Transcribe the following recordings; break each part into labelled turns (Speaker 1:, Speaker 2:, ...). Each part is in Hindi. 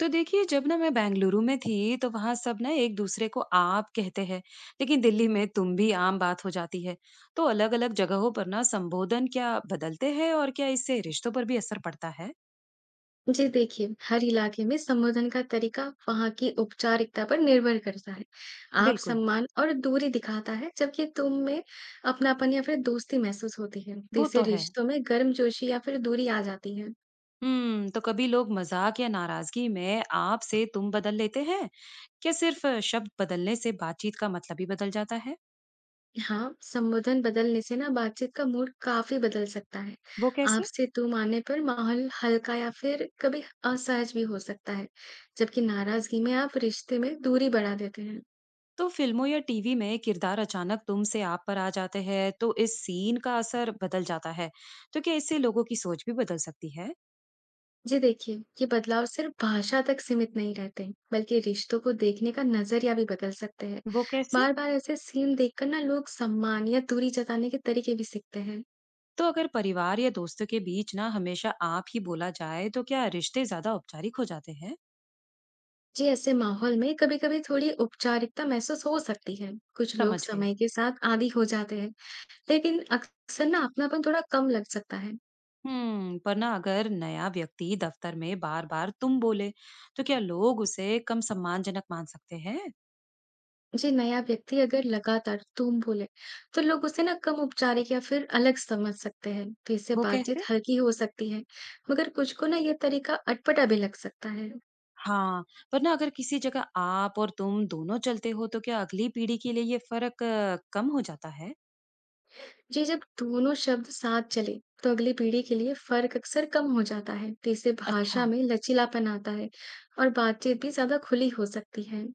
Speaker 1: तो देखिए, जब ना मैं बेंगलुरु में थी तो वहां सब ना एक दूसरे को आप कहते हैं। लेकिन दिल्ली में तुम भी आम बात हो जाती है। तो अलग अलग जगहों पर ना संबोधन क्या बदलते हैं और क्या इससे रिश्तों पर भी असर पड़ता है।
Speaker 2: जी देखिए, हर इलाके में संबोधन का तरीका वहाँ की औपचारिकता पर निर्भर करता है। आप
Speaker 1: बिल्कुल।
Speaker 2: सम्मान और दूरी दिखाता है, जबकि तुम में अपनापन या फिर दोस्ती महसूस होती है। तो
Speaker 1: वो
Speaker 2: इससे
Speaker 1: तो है।
Speaker 2: रिश्तों में गर्मजोशी या फिर दूरी आ जाती है।
Speaker 1: हम्म, तो कभी लोग मजाक या नाराजगी में आप से तुम बदल लेते हैं। क्या सिर्फ शब्द बदलने से बातचीत का मतलब ही बदल जाता है।
Speaker 2: हाँ, संबोधन बदलने से ना बातचीत का मूड काफी बदल सकता है।
Speaker 1: वो कैसे।
Speaker 2: आपसे तुम आने पर माहौल हल्का या फिर कभी असहज भी हो सकता है, जबकि नाराजगी में आप रिश्ते में दूरी बढ़ा देते हैं।
Speaker 1: तो फिल्मों या टीवी में किरदार अचानक तुम से आप पर आ जाते हैं तो इस सीन का असर बदल जाता है। तो क्या इससे लोगों की सोच भी बदल सकती है।
Speaker 2: जी देखिए, ये बदलाव सिर्फ भाषा तक सीमित नहीं रहते, बल्कि रिश्तों को देखने का नजरिया भी बदल सकते हैं।
Speaker 1: वो कैसे।
Speaker 2: बार-बार ऐसे सीन देखकर ना लोग सम्मान या दूरी जताने के तरीके भी सीखते हैं।
Speaker 1: तो अगर परिवार या दोस्तों के बीच ना हमेशा आप ही बोला जाए तो क्या रिश्ते ज्यादा औपचारिक हो जाते हैं।
Speaker 2: जी, ऐसे माहौल में कभी-कभी थोड़ी औपचारिकता महसूस हो सकती है। कुछ लोग
Speaker 1: समझ गई।
Speaker 2: समय के साथ आदी हो जाते हैं, लेकिन अक्सर ना अपनापन थोड़ा कम लग सकता है।
Speaker 1: हम्म, पर ना अगर नया व्यक्ति दफ्तर में बार बार तुम बोले तो क्या लोग उसे कम सम्मानजनक मान सकते हैं।
Speaker 2: जी, नया व्यक्ति अगर लगातार तुम बोले, तो लोग उसे ना कम औपचारिक या फिर अलग समझ सकते हैं, तो इससे
Speaker 1: वो
Speaker 2: बातचीत
Speaker 1: कैसे।
Speaker 2: हल्की हो सकती है। मगर कुछ को ना ये तरीका अटपटा भी लग सकता है।
Speaker 1: हाँ, पर ना अगर किसी जगह आप और तुम दोनों चलते हो तो क्या अगली पीढ़ी के लिए ये फर्क कम हो जाता है?
Speaker 2: जी, जब दोनों शब्द साथ चले, तो अगली पीढ़ी के लिए फर्क अक्सर कम हो जाता है, तो इससे
Speaker 1: अच्छा।
Speaker 2: भाषा में लचीलापन आता है और बातचीत भी ज्यादा खुली हो सकती है।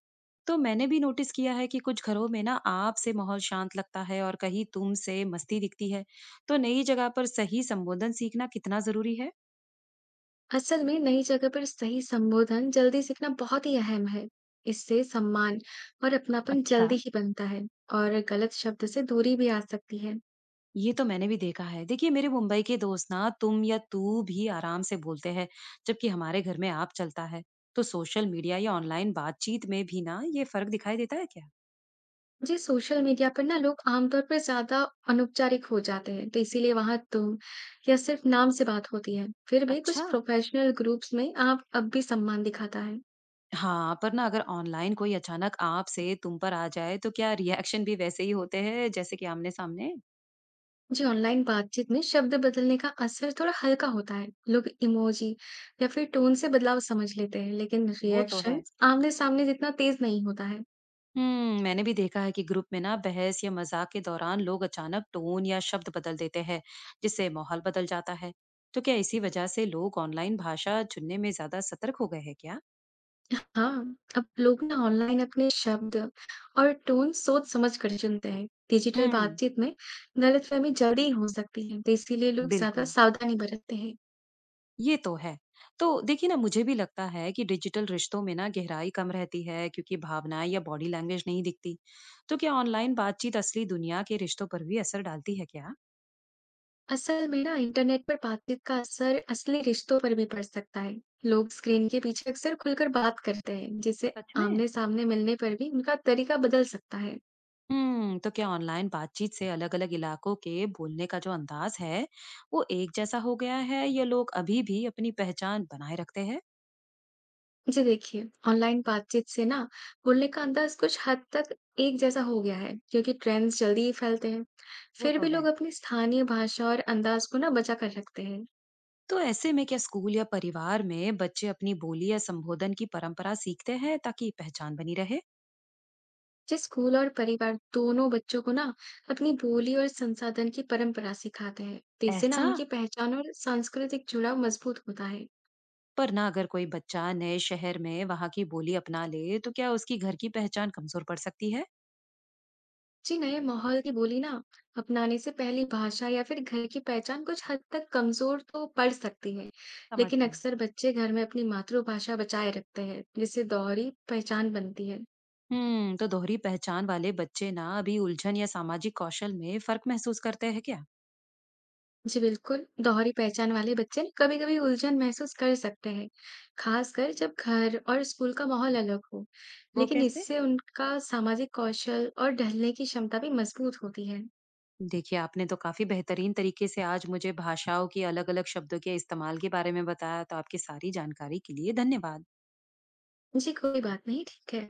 Speaker 1: तो मैंने भी नोटिस किया है कि कुछ घरों में ना आपसे माहौल शांत लगता है और कहीं तुम से मस्ती दिखती है। तो नई जगह पर सही संबोधन सीखना कितना जरूरी है?
Speaker 2: असल में नई जगह पर सही संबोधन जल्दी सीखना बहुत ही अहम है। इससे सम्मान और अपनापन
Speaker 1: अच्छा।
Speaker 2: जल्दी ही बनता है और गलत शब्द से दूरी भी आ सकती है।
Speaker 1: ये तो मैंने भी देखा है। देखिए, मेरे मुंबई के दोस्त ना तुम या तू भी आराम से बोलते हैं, जबकि हमारे घर में आप चलता है। तो सोशल मीडिया या ऑनलाइन बातचीत में भी ना ये फर्क दिखाई देता है क्या।
Speaker 2: जी सोशल मीडिया पर ना लोग आमतौर पर ज्यादा अनौपचारिक हो जाते हैं तो इसीलिए वहां तुम या सिर्फ नाम से बात होती है। फिर भी
Speaker 1: अच्छा।
Speaker 2: कुछ प्रोफेशनल ग्रुप्स में आप अब भी सम्मान दिखाता है।
Speaker 1: हाँ, पर ना अगर ऑनलाइन कोई अचानक आपसे तुम पर आ जाए तो क्या रिएक्शन भी वैसे ही होते हैं जैसे कि आमने-सामने?
Speaker 2: जी ऑनलाइन बातचीत में शब्द बदलने का असर थोड़ा हल्का होता है। लोग इमोजी या फिर टोन से बदलाव समझ लेते हैं, लेकिन
Speaker 1: वो तो
Speaker 2: रिएक्शन
Speaker 1: है।
Speaker 2: आमने सामने जितना तेज नहीं होता है।
Speaker 1: मैंने भी देखा है कि ग्रुप में ना बहस या मजाक के दौरान लोग अचानक टोन या शब्द बदल देते हैं, जिससे माहौल बदल जाता है। तो क्या इसी वजह से लोग ऑनलाइन भाषा चुनने में ज्यादा सतर्क हो गए हैं क्या?
Speaker 2: हाँ, अब लोग ना ऑनलाइन अपने शब्द और टोन सोच समझ कर चुनते हैं। डिजिटल
Speaker 1: हम्म।
Speaker 2: बातचीत में गलतफहमी जल्दी हो सकती है, तो इसीलिए लोग ज्यादा
Speaker 1: बिल्कुल।
Speaker 2: सावधानी बरतते हैं।
Speaker 1: ये तो है। तो देखिए ना, मुझे भी लगता है कि डिजिटल रिश्तों में ना गहराई कम रहती है क्योंकि भावनाएं या बॉडी लैंग्वेज नहीं दिखती। तो क्या ऑनलाइन बातचीत असली दुनिया के रिश्तों पर भी असर डालती है क्या?
Speaker 2: असल में ना इंटरनेट पर बातचीत का असर असली रिश्तों पर भी पड़ सकता है। लोग स्क्रीन के पीछे अक्सर खुलकर बात करते हैं, जिससे
Speaker 1: सच में।
Speaker 2: आमने-सामने मिलने पर भी उनका तरीका बदल सकता है।
Speaker 1: हम्म, तो क्या ऑनलाइन बातचीत से अलग-अलग इलाकों के बोलने का जो अंदाज है, वो एक जैसा हो गया है या लोग अभी भी अपनी पहचान बनाए रखते हैं?
Speaker 2: जी देखिए, ऑनलाइन बातचीत से ना बोलने का अंदाज कुछ हद तक एक जैसा हो गया है, क्योंकि ट्रेंड्स जल्दी ही फैलते हैं।
Speaker 1: वो
Speaker 2: फिर
Speaker 1: तो
Speaker 2: भी लोग
Speaker 1: है।
Speaker 2: अपनी स्थानीय भाषा और अंदाज को ना बचा कर रखते हैं।
Speaker 1: तो ऐसे में क्या स्कूल या परिवार में बच्चे अपनी बोली या संबोधन की परंपरा सीखते हैं ताकि पहचान बनी रहे?
Speaker 2: जी, स्कूल और परिवार दोनों बच्चों को ना अपनी बोली और संसाधन की परंपरा सिखाते हैं, तो इससे ना
Speaker 1: ऐसा।
Speaker 2: उनकी पहचान और सांस्कृतिक जुड़ाव मजबूत होता है।
Speaker 1: पर ना अगर कोई बच्चा नए शहर में वहाँ की बोली अपना ले तो क्या उसकी घर की पहचान कमजोर पड़ सकती है।
Speaker 2: जी नए माहौल की बोली ना अपनाने से पहली भाषा या फिर घर की पहचान कुछ हद तक कमजोर तो पड़ सकती है,
Speaker 1: समझ
Speaker 2: लेकिन
Speaker 1: गई।
Speaker 2: अक्सर बच्चे घर में अपनी मातृभाषा बचाए रखते हैं, जिससे दोहरी पहचान बनती है।
Speaker 1: हम्म, तो दोहरी पहचान वाले बच्चे ना अभी उलझन या सामाजिक कौशल में फर्क महसूस करते हैं क्या।
Speaker 2: जी बिल्कुल, दोहरी पहचान वाले बच्चे कभी-कभी उलझन महसूस कर सकते हैं, खासकर जब घर और स्कूल का माहौल अलग हो।
Speaker 1: वो
Speaker 2: लेकिन
Speaker 1: कैसे।
Speaker 2: इससे उनका सामाजिक कौशल और ढलने की क्षमता भी मजबूत होती है।
Speaker 1: देखिए, आपने तो काफी बेहतरीन तरीके से आज मुझे भाषाओं की अलग अलग शब्दों के इस्तेमाल के बारे में बताया, तो आपकी सारी जानकारी के लिए धन्यवाद।
Speaker 2: जी, कोई बात नहीं, ठीक है।